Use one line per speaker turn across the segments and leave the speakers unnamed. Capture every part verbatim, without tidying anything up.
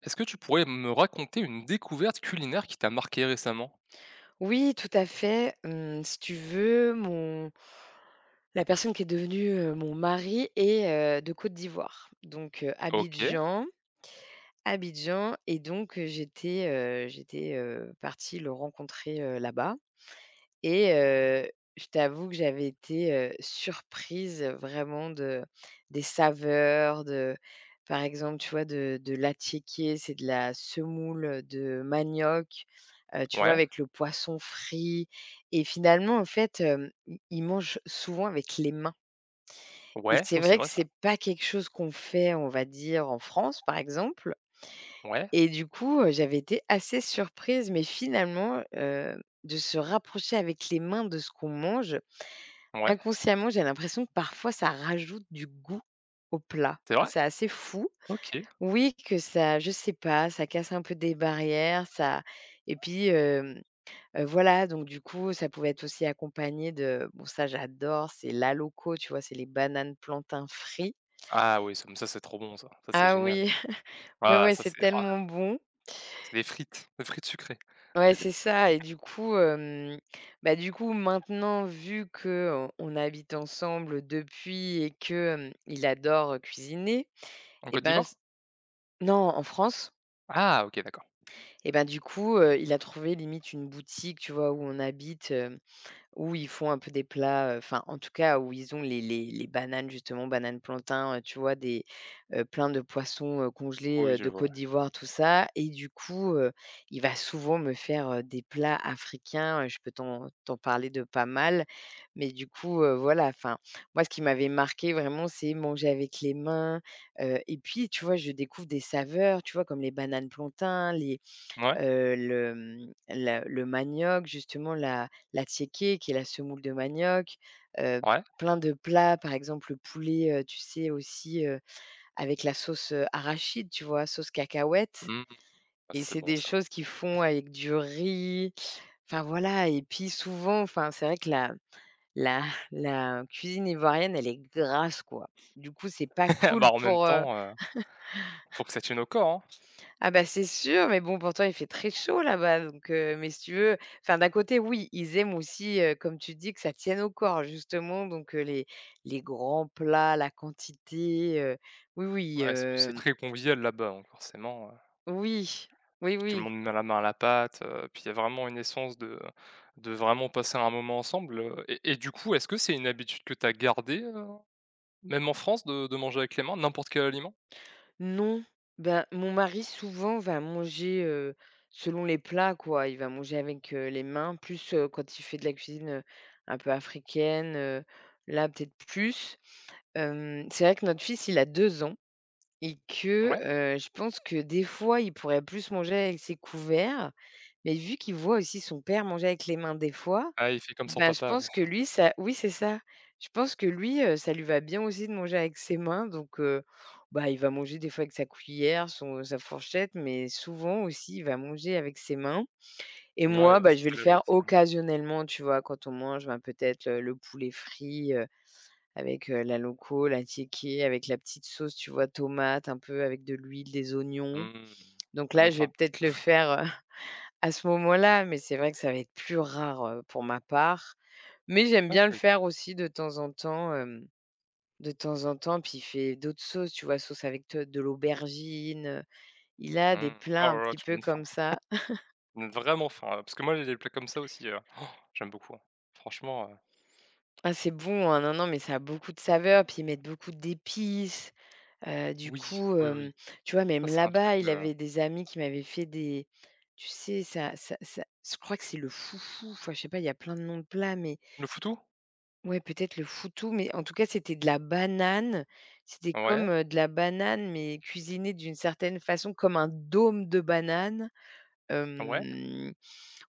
Est-ce que tu pourrais me raconter une découverte culinaire qui t'a marqué récemment?
Oui, tout à fait. Hem, si tu veux, mon la personne qui est devenue, heu, mon mari est, heu, de Côte d'Ivoire, donc heu,
OK,
Abidjan. Abidjan et donc heu, j'étais, heu, j'étais, heu, partie le rencontrer, heu, là-bas. Et heu, je t'avoue que j'avais été, heu, surprise vraiment de des saveurs, de par exemple, tu vois, de de l'attiéké, c'est de la semoule de manioc, heu, tu vois,
ouais,
avec le poisson frit. Et finalement, en fait, hem, ils ils mangent souvent avec les mains. Et
ouais,
c'est
oui, c'est
vrai que
vrai ça.
c'est pas quelque chose qu'on fait, on va dire, en France, par exemple.
Ouais,
Et du coup, heu, j'avais été assez surprise, mais finalement, heu, de se rapprocher avec les mains de ce qu'on mange.
ouais,
Inconsciemment, j'ai l'impression que parfois ça rajoute du goût au plat.
c'est
Enfin,
vrai?
c'est assez fou.
OK.
Oui, que ça je sais pas, ça casse un peu des barrières, ça. et puis, hem, heu, voilà. Donc du coup, ça pouvait être aussi accompagné de, bon ça j'adore, c'est l'aloko, tu vois? C'est les bananes plantains frites.
Ah oui, ça ça, c'est trop bon ça, ça, c'est
Ah
génial.
oui, ouais,
Ah
ouais,
ça,
c'est
c'est ah,
tellement bon.
c'est des frites, des frites sucrées.
Ouais, c'est ça. Et du coup, hem, bah, du coup, maintenant vu que euh, on habite ensemble depuis et que, hem, il adore cuisiner.
En
Et
Côte
ben,
d'Ivoire?
non, en France.
Ah, OK, d'accord.
Et ben, du coup, heu, il a trouvé limite une boutique, tu vois, où on habite, hem, où ils font un peu des plats, heu, enfin, en tout cas, où ils ont les les les bananes justement, bananes plantain, heu, tu vois? Des, heu, plein de poissons, heu, congelés,
Oui,
heu,
je
de
vois, ouais.
Côte d'Ivoire, tout ça. Et du coup, heu, il va souvent me faire, heu, des plats africains. heu, je peux t'en t'en parler de pas mal. Mais du coup, heu, voilà, enfin, moi, ce qui m'avait marqué vraiment, c'est manger avec les mains. heu et puis, tu vois, je découvre des saveurs, tu vois? Comme les bananes plantain, les,
Ouais,
heu, le, mmh, la le manioc, justement la la tsiéké qui est la semoule de manioc. heu,
ouais,
plein de plats, par exemple le poulet, heu, tu sais aussi, heu, avec la sauce, heu, arachide, tu vois? Sauce cacahuète.
mmh, ah ça,
Et
c'est
c'est
bon
des
ça.
choses qu'ils font avec du riz, enfin voilà. Et puis souvent, enfin c'est vrai que la la la cuisine ivoirienne, elle est grasse, quoi. Du coup, c'est pas cool
Bah, en même
pour, heu
temps, heu, faut que ça tienne au corps, hein.
ah bah, c'est sûr, mais bon, pourtant il fait très chaud là-bas, donc heu, mais si tu veux, enfin d'un côté oui, ils aiment aussi, heu, comme tu dis, que ça tienne au corps justement, donc heu, les les grands plats, la quantité, heu, oui, oui,
Ouais, c'est c'est
hem,
très convivial là-bas, donc forcément,
oui, oui,
puis tout le
oui.
monde met la main à la pâte, heu, puis il y a vraiment une essence de de vraiment passer un moment ensemble, heu et et du coup, est-ce que c'est une habitude que tu as gardée, heu, même en France de de manger avec les mains, n'importe quel aliment?
Non, ben, mon mari souvent va manger, heu, selon les plats quoi. Il va manger avec, heu, les mains plus, heu, quand il fait de la cuisine, heu, un peu africaine, heu, là peut-être plus. Hem, c'est vrai que notre fils, il a deux ans. Et que,
Ouais?
heu, je pense que des fois, il pourrait plus manger avec ses couverts, mais vu qu'il voit aussi son père manger avec les mains des fois,
Ah, il fait comme son
ben, je
papa, ouais.
pense que lui, ça oui, c'est ça. Je pense que lui, heu, ça lui va bien aussi de manger avec ses mains, donc heu, bah, il va manger des fois avec sa cuillère, son sa fourchette, mais souvent aussi, il va manger avec ses mains. Et moi,
Ouais, bah,
bah,
ça,
je vais
c'est
le
l'âge
faire
aussi, hein.
occasionnellement, tu vois? Quand on mange, ben, peut-être, heu, le poulet frit, avec, heu, la loco, la tiéké, avec la petite sauce, tu vois, tomate, un peu avec de l'huile, des oignons.
Mmh,
Donc
ça donne
là, je vais
faim.
peut-être le faire, heu, à ce moment-là, mais c'est vrai que ça va être plus rare, heu, pour ma part. Mais j'aime
OK,
bien le
OK.
faire aussi de temps en temps, hem, de temps en temps. Puis il fait d'autres sauces, tu vois, sauce avec de de l'aubergine. Il a des
Mmh. Oh
plats un
là là,
petit
tu me
peu
donnes faim.
comme ça.
Tu me donnes vraiment faim, là, parce que moi, j'ai des plats comme ça aussi, heu, j'aime beaucoup, hein. Franchement, heu,
Ah, c'est bon, hein, non, non, mais ça a beaucoup de saveurs, puis ils mettent beaucoup d'épices. Heu, du
oui,
coup,
oui, oui.
hem, tu vois,
Ça,
même
c'est un truc,
là-bas, il
heu
avait des amis qui m'avaient fait des, tu sais, ça ça ça, je crois que c'est le foufou, enfin, je sais pas, il y a plein de noms de plats, mais
le foutou?
ouais, peut-être le foutou. Mais en tout cas, c'était de la banane. C'était comme,
Ouais,
heu, de la banane, mais cuisinée d'une certaine façon, comme un dôme de banane.
ouais.
Hem,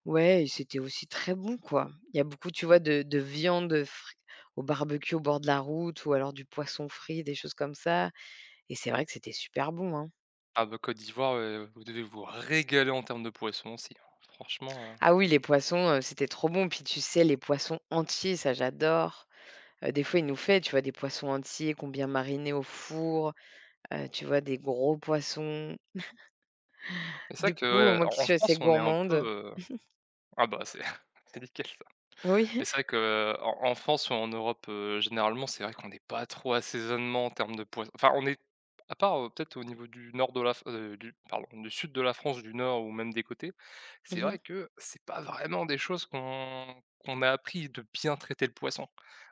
ouais, et c'était aussi très bon, quoi. Il y a beaucoup, tu vois, de de viande, fri, au barbecue au bord de la route, ou alors du poisson frit, des choses comme ça, et c'est vrai que c'était super bon, hein.
Ah bah, Côte d'Ivoire, heu, vous devez vous régaler en termes de poissons aussi, hein. Franchement, heu,
Ah oui, les poissons, heu, c'était trop bon. Puis tu sais, les poissons entiers, ça j'adore. Heu, des fois, il nous fait, tu vois, des poissons entiers qu'on bien marinés au four, heu, tu vois, des gros poissons.
c'est ça
Du coup,
que, ouais,
moi qui
en en
suis assez
France, on est un peu,
gourmande,
heu ah bah, c'est c'est nickel.
oui,
Mais c'est vrai qu'en en en France ou en Europe, heu, généralement, c'est vrai qu'on n'est pas trop assaisonnement en termes de poisson. Enfin, on est à part, heu, peut-être au niveau du nord de la F heu, du pardon, du sud de la France, du nord ou même des côtés, c'est
mmh.
vrai que c'est pas vraiment des choses qu'on qu'on a appris de bien traiter le poisson.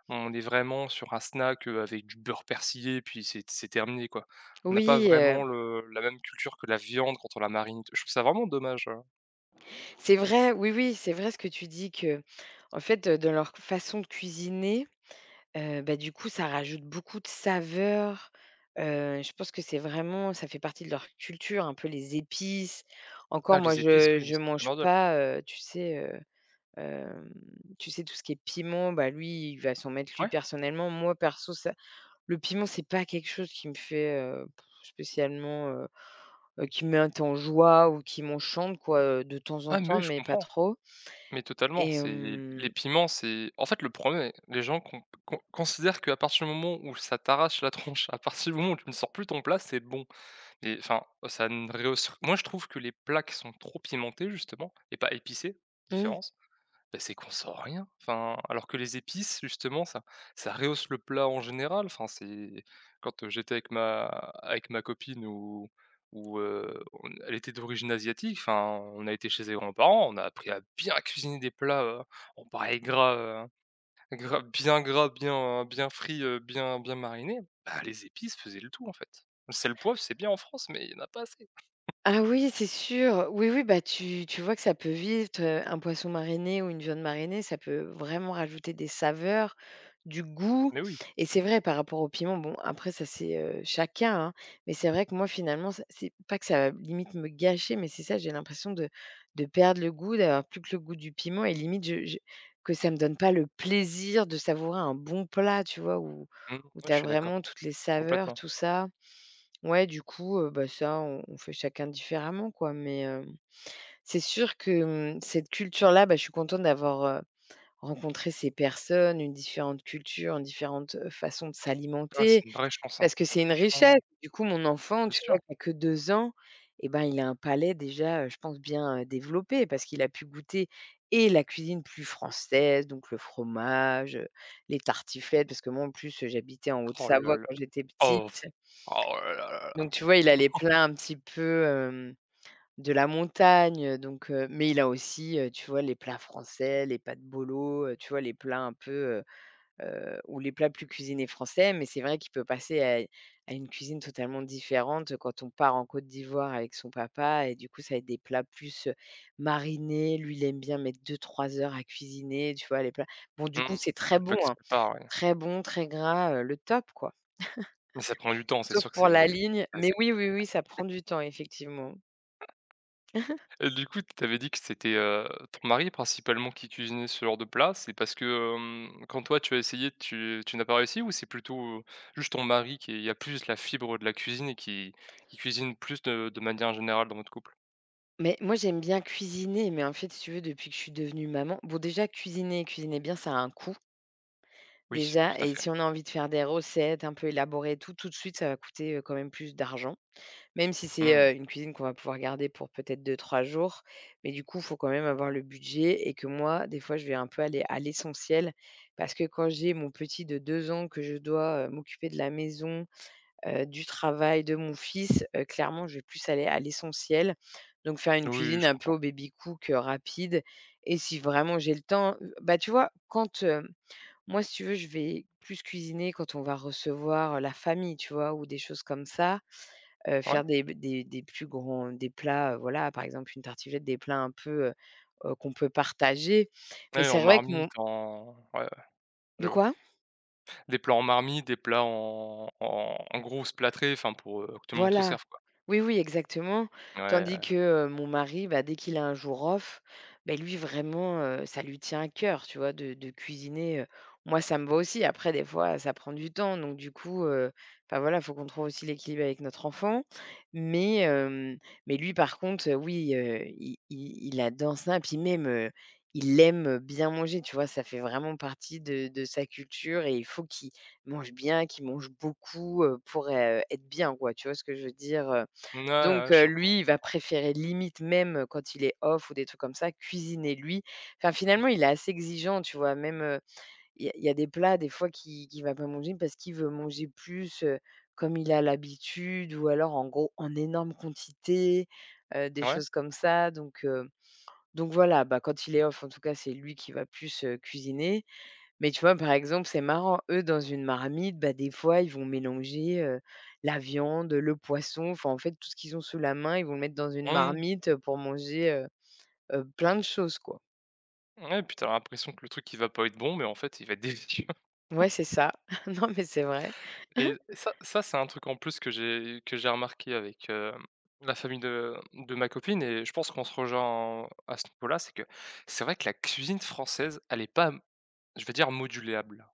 On est vraiment sur un snack, heu, avec du beurre persillé puis c'est c'est terminé, quoi. On n'a pas
Oui, heu,
vraiment le la même culture que la viande quand on la marine, je trouve ça vraiment dommage. Heu
c'est vrai, oui, oui, c'est vrai ce que tu dis que, en fait, heu, dans leur façon de cuisiner, Heu, bah, du coup, ça rajoute beaucoup de saveurs. heu, je pense que c'est vraiment, ça fait partie de leur culture, un peu les épices. Encore
ah,
moi,
les épices,
je
oui,
je
c'est
mange
primordial.
pas, heu, tu sais, heu, hem, tu sais, tout ce qui est piment, bah, lui, il va s'en mettre, lui
Ouais,
personnellement. Moi, perso, ça, le piment, c'est pas quelque chose qui me fait, heu, spécialement, heu heu, qui me met en joie ou qui m'enchante quoi, heu, de temps en
ah mais
temps,
oui, je
mais pas
comprends.
trop.
Mais totalement,
Et
c'est les
hem
piments, c'est en fait, le problème, les gens con con considèrent qu'à partir du moment où ça t'arrache la tronche, à partir du moment où tu ne sors plus ton plat, c'est bon. Mais enfin, ça ne réussi moi, je trouve que les plats qui sont trop pimentés, justement, et pas épicés,
mmh.
différence. Beh, c'est qu'on sort rien. Enfin, alors que les épices, justement, ça ça rehausse le plat en général. Enfin, c'est quand, heu, j'étais avec ma avec ma copine ou ou heu, on elle était d'origine asiatique, enfin, on a été chez ses grands-parents, on a appris à bien cuisiner des plats, heu, bon pareil gras, heu, gras bien gras, bien euh, bien frit heu, bien bien mariné. Bah, les épices faisaient le tout, en fait. Le sel, poivre, c'est bien en France, mais il y en a pas assez.
Ah oui, c'est sûr. Oui, oui, bah tu, tu vois que ça peut vite, heu, un poisson mariné ou une viande marinée, ça peut vraiment rajouter des saveurs, du goût.
Mais oui,
Et c'est vrai par rapport au piment, bon après ça c'est, heu, chacun, hein. Mais c'est vrai que moi finalement ça, c'est pas que ça va limite me gâcher, mais c'est ça, j'ai l'impression de de perdre le goût, d'avoir plus que le goût du piment et limite je je que ça me donne pas le plaisir de savourer un bon plat, tu vois? Où
mmh,
où
ouais,
tu
je
as
suis d'accord,
vraiment toutes les saveurs,
complètement.
tout ça. Ouais, du coup, heu, bah, ça, on on fait chacun différemment, quoi, mais, hem, c'est sûr que, mmh, cette culture-là, bah, je suis contente d'avoir, heu, rencontré ces personnes, une différentes cultures, différentes, heu, façon de
Ah, c'est
s'alimenter,
une vraie chance, hein,
parce que c'est une
franchement, heu,
richesse. Du coup, mon enfant,
bien
tu vois,
sûr.
qui a que deux ans, et ben, il a un palais déjà, heu, je pense bien, heu, développé parce qu'il a pu goûter et la cuisine plus française, donc le fromage, heu, les tartiflettes, parce que moi, en plus, heu, j'habitais en
Oh là
Haute-Savoie
là.
quand j'étais petite.
Oh f oh là là là
Donc
là.
tu vois, il a les plats un petit peu, hem, de la montagne, donc heu, mais il a aussi, heu, tu vois, les plats français, les pâtes bolo, heu, tu vois, les plats un peu, heu heu, ou les plats plus cuisinés français. Mais c'est vrai qu'il peut passer à à une cuisine totalement différente quand on part en Côte d'Ivoire avec son papa, et du coup, ça va être des plats plus, heu, marinés. Lui, il aime bien mettre deux trois heures à cuisiner, tu vois, les plats, bon, du
Mmh.
coup, c'est très
Le
bon,
bloc qui se
hein,
prépare, ouais.
très bon, très gras, heu, le top, quoi.
Mais ça prend du temps, c'est
Sauf
sûr que
pour
c'est
la ligne, mais
assez
oui,
compliqué.
oui, oui, ça prend du temps effectivement.
Et du coup, tu avais dit que c'était, heu, ton mari principalement qui cuisinait ce genre de plat. C'est parce que, hem, quand toi tu as essayé, tu tu n'as pas réussi ou c'est plutôt, heu, juste ton mari qui il y a plus la fibre de la cuisine et qui qui cuisine plus de de manière générale dans votre couple?
Mais moi, j'aime bien cuisiner, mais en fait, si tu veux, depuis que je suis devenue maman, bon, déjà cuisiner, cuisiner bien, ça a un coût,
Oui, tout
déjà.
à
Et
fait.
si on a envie de faire des recettes un peu élaborées et tout, tout de suite, ça va coûter, heu, quand même plus d'argent. Même si c'est,
Mmh.
heu, une cuisine qu'on va pouvoir garder pour peut-être deux trois jours, mais du coup, il faut quand même avoir le budget. Et que moi, des fois, je vais un peu aller à l'essentiel, parce que quand j'ai mon petit de deux ans, que je dois, heu, m'occuper de la maison, heu, du travail de mon fils, heu, clairement, je vais plus aller à l'essentiel. Donc faire une
Oui, oui,
cuisine
je
un peu
comprends.
au baby cook, heu, rapide. Et si vraiment j'ai le temps, heu, bah, tu vois, quand, hem, moi, si tu veux, je vais plus cuisiner quand on va recevoir la famille, tu vois? Ou des choses comme ça, heu,
Ouais?
faire des des des plus grands des plats, heu, voilà, par exemple, une tartiflette, des plats un peu, heu heu, qu'on peut partager. Mais
Ouais, en
c'est vrai que mon,
marmite, en ouais, ouais, je
de
vois.
quoi?
Des plats en marmite, des plats en en en grosses plâtrées, enfin pour, heu, que tout le monde se
Voilà.
serve quoi.
Oui, oui, exactement.
Ouais,
Tandis
ouais.
que, heu, mon mari, bah, dès qu'il a un jour off, beh, lui vraiment, heu, ça lui tient à cœur, tu vois, de de cuisiner, heu. Moi, ça me va aussi. Après des fois, ça prend du temps donc du coup, heu, enfin voilà, faut qu'on trouve aussi l'équilibre avec notre enfant. Mais, hem, mais lui par contre, heu, oui, heu, i i il adore ça puis même, heu, il aime bien manger, tu vois? Ça fait vraiment partie de de sa culture et il faut qu'il mange bien, qui mange beaucoup, heu, pour, heu, être bien quoi, tu vois ce que je veux dire, heu?
Ouais, ouais,
Donc,
je
heu,
comprends,
lui,
je
il va
comprends.
préférer limite même euh, quand il est off ou des trucs comme ça, cuisiner lui. Enfin finalement, il est assez exigeant, tu vois? Même, heu, il y a il y a des plats des fois qu'il qu'il va pas manger parce qu'il veut manger plus, heu, comme il a l'habitude ou alors en gros en énorme quantité, heu, des
Ouais.
choses comme ça donc, heu, donc voilà, bah, quand il est off en tout cas, c'est lui qui va plus, heu, cuisiner. Mais tu vois, par exemple, c'est marrant, eux, dans une marmite, bah, des fois, ils vont mélanger, heu, la viande, le poisson, enfin, en fait, tout ce qu'ils ont sous la main, ils vont le mettre dans une
Mmh.
marmite, heu, pour manger, heu heu, plein de choses, quoi.
Ouais, puis tu l'impression que le truc, il va pas être bon, mais en fait, il va être délicieux.
Ouais, c'est ça. Non, mais c'est vrai.
Et ça ça, c'est un truc en plus que j'ai que j'ai remarqué avec, hem, la famille de de ma copine et je pense qu'on se rejoint en- à ce niveau-là, c'est que c'est vrai que la cuisine française, elle est pas, je vais dire modulable.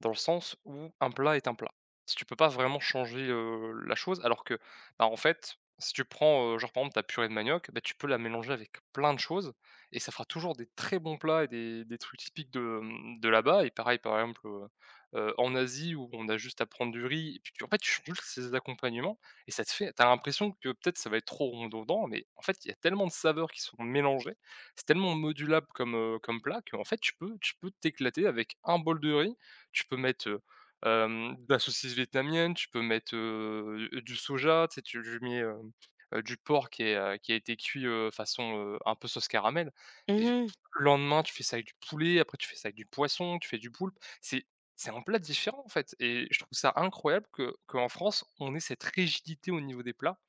Dans le sens où un plat est un plat. Si tu peux pas vraiment changer, heu, la chose alors que, bah, en fait, si tu prends, heu, genre, par exemple, ta purée de manioc, bah, tu peux la mélanger avec plein de choses et ça fera toujours des très bons plats et des des trucs typiques de, mmh, de là-bas et pareil, par exemple, heu heu, en Asie où on a juste à prendre du riz et puis tu en fait, tu changes juste ces accompagnements et ça te fait T'as l'impression que peut-être ça va être trop redondant mais en fait, il y a tellement de saveurs qui sont mélangées, c'est tellement modulable comme, heu, comme plat qu'en fait, tu peux tu peux t'éclater avec un bol de riz. Tu peux mettre, heu, hem, de la saucisse vietnamienne. Tu peux mettre, heu, du du soja, tu sais, tu lui mets, hem, heu, du porc qui est, heu, qui a été cuit, heu, façon, heu, un peu sauce caramel et
Mmh.
le lendemain, tu fais ça avec du poulet, après tu fais ça avec du poisson, tu fais du poulpe. C'est c'est un plat différent, en fait et je trouve ça incroyable que qu'en France, on ait cette rigidité au niveau des plats,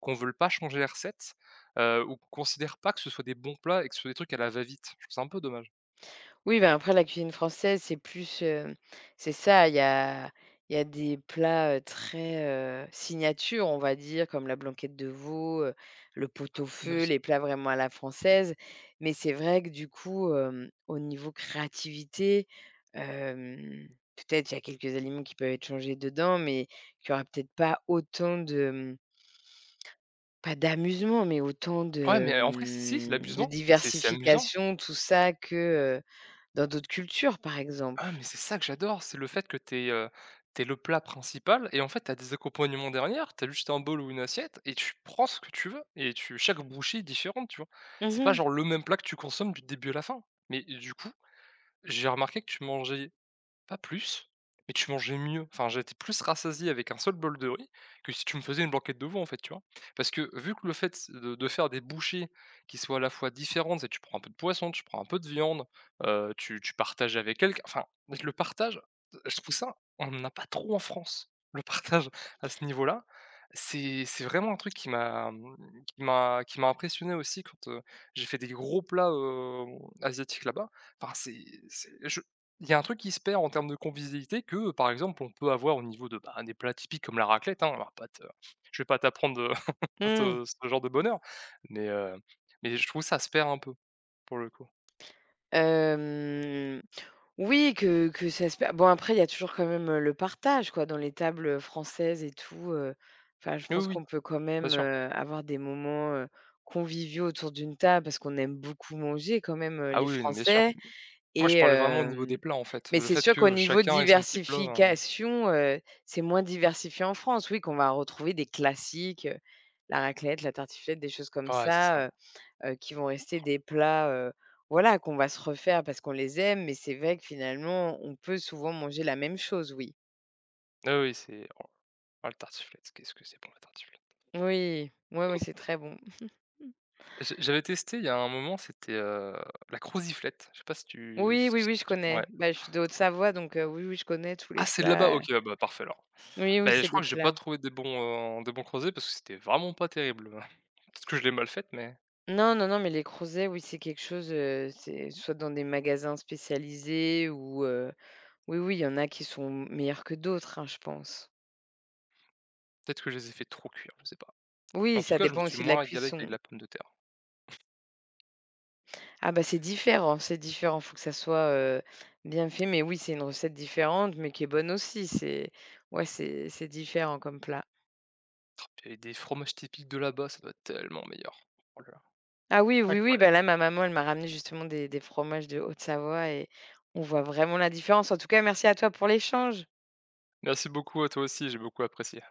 qu'on ne veuille pas changer les recettes, heu, ou qu'on considère pas que ce soit des bons plats et que ce soit des trucs à la va-vite. Je trouve ça un peu dommage.
Oui, ben, après la cuisine française, c'est plus, heu, c'est ça, il y a il y a des plats, heu, très, heu, signature, on va dire, comme la blanquette de veau, heu, le pot-au-feu,
Fameuse,
les plats vraiment à la française. Mais c'est vrai que du coup, hem, au niveau créativité, hem, peut-être il y a quelques aliments qui peuvent être changés dedans, mais qu'il y aura peut-être pas autant de, mmh, pas d'amusement, mais autant
ouais,
de,
mais en vrai, si, c'est
mmh, de
l'amusement, c'est c'est amusant.
diversification, tout ça que, heu, dans d'autres cultures, par exemple.
Ah mais c'est ça que j'adore, c'est le fait que t'es aies, heu, le plat principal et en fait, t'as des accompagnements derrière, t'as juste un bol ou une assiette et tu prends ce que tu veux et tu chaque bouchée est différente, tu vois?
Mmh
C'est pas
mh.
genre le même plat que tu consommes du début à la fin. Mais du coup, j'ai remarqué que tu mangeais pas plus, mais tu mangeais mieux. Enfin, j'étais plus rassasié avec un seul bol de riz que si tu me faisais une blanquette de veau, en fait, tu vois? Parce que vu que le fait de de faire des bouchées qui soient à la fois différentes, c'est tu prends un peu de poisson, tu prends un peu de viande, heu, tu tu partages avec quelqu'un, enfin, le partage, euh, je trouve ça, on n'en a pas trop en France, le partage à ce niveau-là. C'est c'est vraiment un truc qui m'a, mmh, qui m'a qui m'a impressionné aussi quand, heu, j'ai fait des gros plats, heu, asiatiques là-bas. Enfin, c'est c'est je il y a un truc qui se perd en termes de convivialité que, par exemple, on peut avoir au niveau de, bah, des plats typiques comme la raclette, hein. Alors pas te je vais pas t'apprendre, heu,
Mmh.
ce ce genre de bonheur, mais heu, mais je trouve ça se perd un peu, pour le coup.
Oui, que que ça se per bon, après, il y a toujours quand même, heu, le partage, quoi, dans les tables françaises et tout, heu, enfin, je
Oui, oui,
pense
oui,
qu'on peut quand
bien
même,
sûr.
heu, avoir des moments, heu, conviviaux autour d'une table parce qu'on aime beaucoup manger quand même, heu,
Ah
les
oui, oui, non, bien sûr.
Français.
Moi, je
Et
parlais vraiment au niveau
hem,
des plats, en fait.
mais
Le
c'est
fait
sûr qu'au
que
niveau
chacun ait son petit plat, heu
diversification, heu, c'est moins diversifié en France. Oui, qu'on va retrouver des classiques, heu, la raclette, la tartiflette, des choses comme
ouais, c'est ça.
ça, heu, qui vont rester des plats, heu, voilà, qu'on va se refaire parce qu'on les aime, mais c'est vrai que finalement, on peut souvent manger la même chose, oui.
Ah oui, c'est oh oh le tartiflette, qu'est-ce que c'est bon la tartiflette?
Oui, ouais, ouais, c'est très bon.
J'ai j'avais testé il y a un moment, c'était, heu, la croziflette. Je sais pas si tu
Oui,
si
oui,
tu
oui, je connais.
ouais.
Bah, je suis de Haute-Savoie, donc heu, oui, oui, je connais tous les
Ah, c'est de là-bas?
plats,
OK, ah bah, parfait alors.
oui, oui,
Beh, je
c'est
crois
des
que j'ai pas
plats.
trouvé des bons, heu, des bons crozets parce que c'était vraiment pas terrible. Peut-être que je l'ai mal faite, mais
Non, non, non, mais les crozets, oui, c'est quelque chose, heu, c'est soit dans des magasins spécialisés ou heu oui, oui, il y en a qui sont meilleurs que d'autres, hein, je pense.
peut-être que je les ai fait trop cuire, je sais pas. Mais
Oui,
en tout
ça
cas, je me
dépend
suis
aussi de la
moins régalé qu'avec
cuisson.
la pomme de terre.
Ah bah, c'est différent, c'est différent, faut que ça soit, heu, bien fait, mais oui, c'est une recette différente, mais qui est bonne aussi. C'est ouais, c'est c'est différent comme plat.
Et des fromages typiques de là-bas, ça doit être tellement meilleur. Oh là là,
Ah oui, oui, oui,
incroyable.
bah, là, ma maman, elle m'a ramené justement des des fromages de Haute-Savoie et on voit vraiment la différence. En tout cas, merci à toi pour l'échange.
Merci beaucoup à toi aussi, j'ai beaucoup apprécié.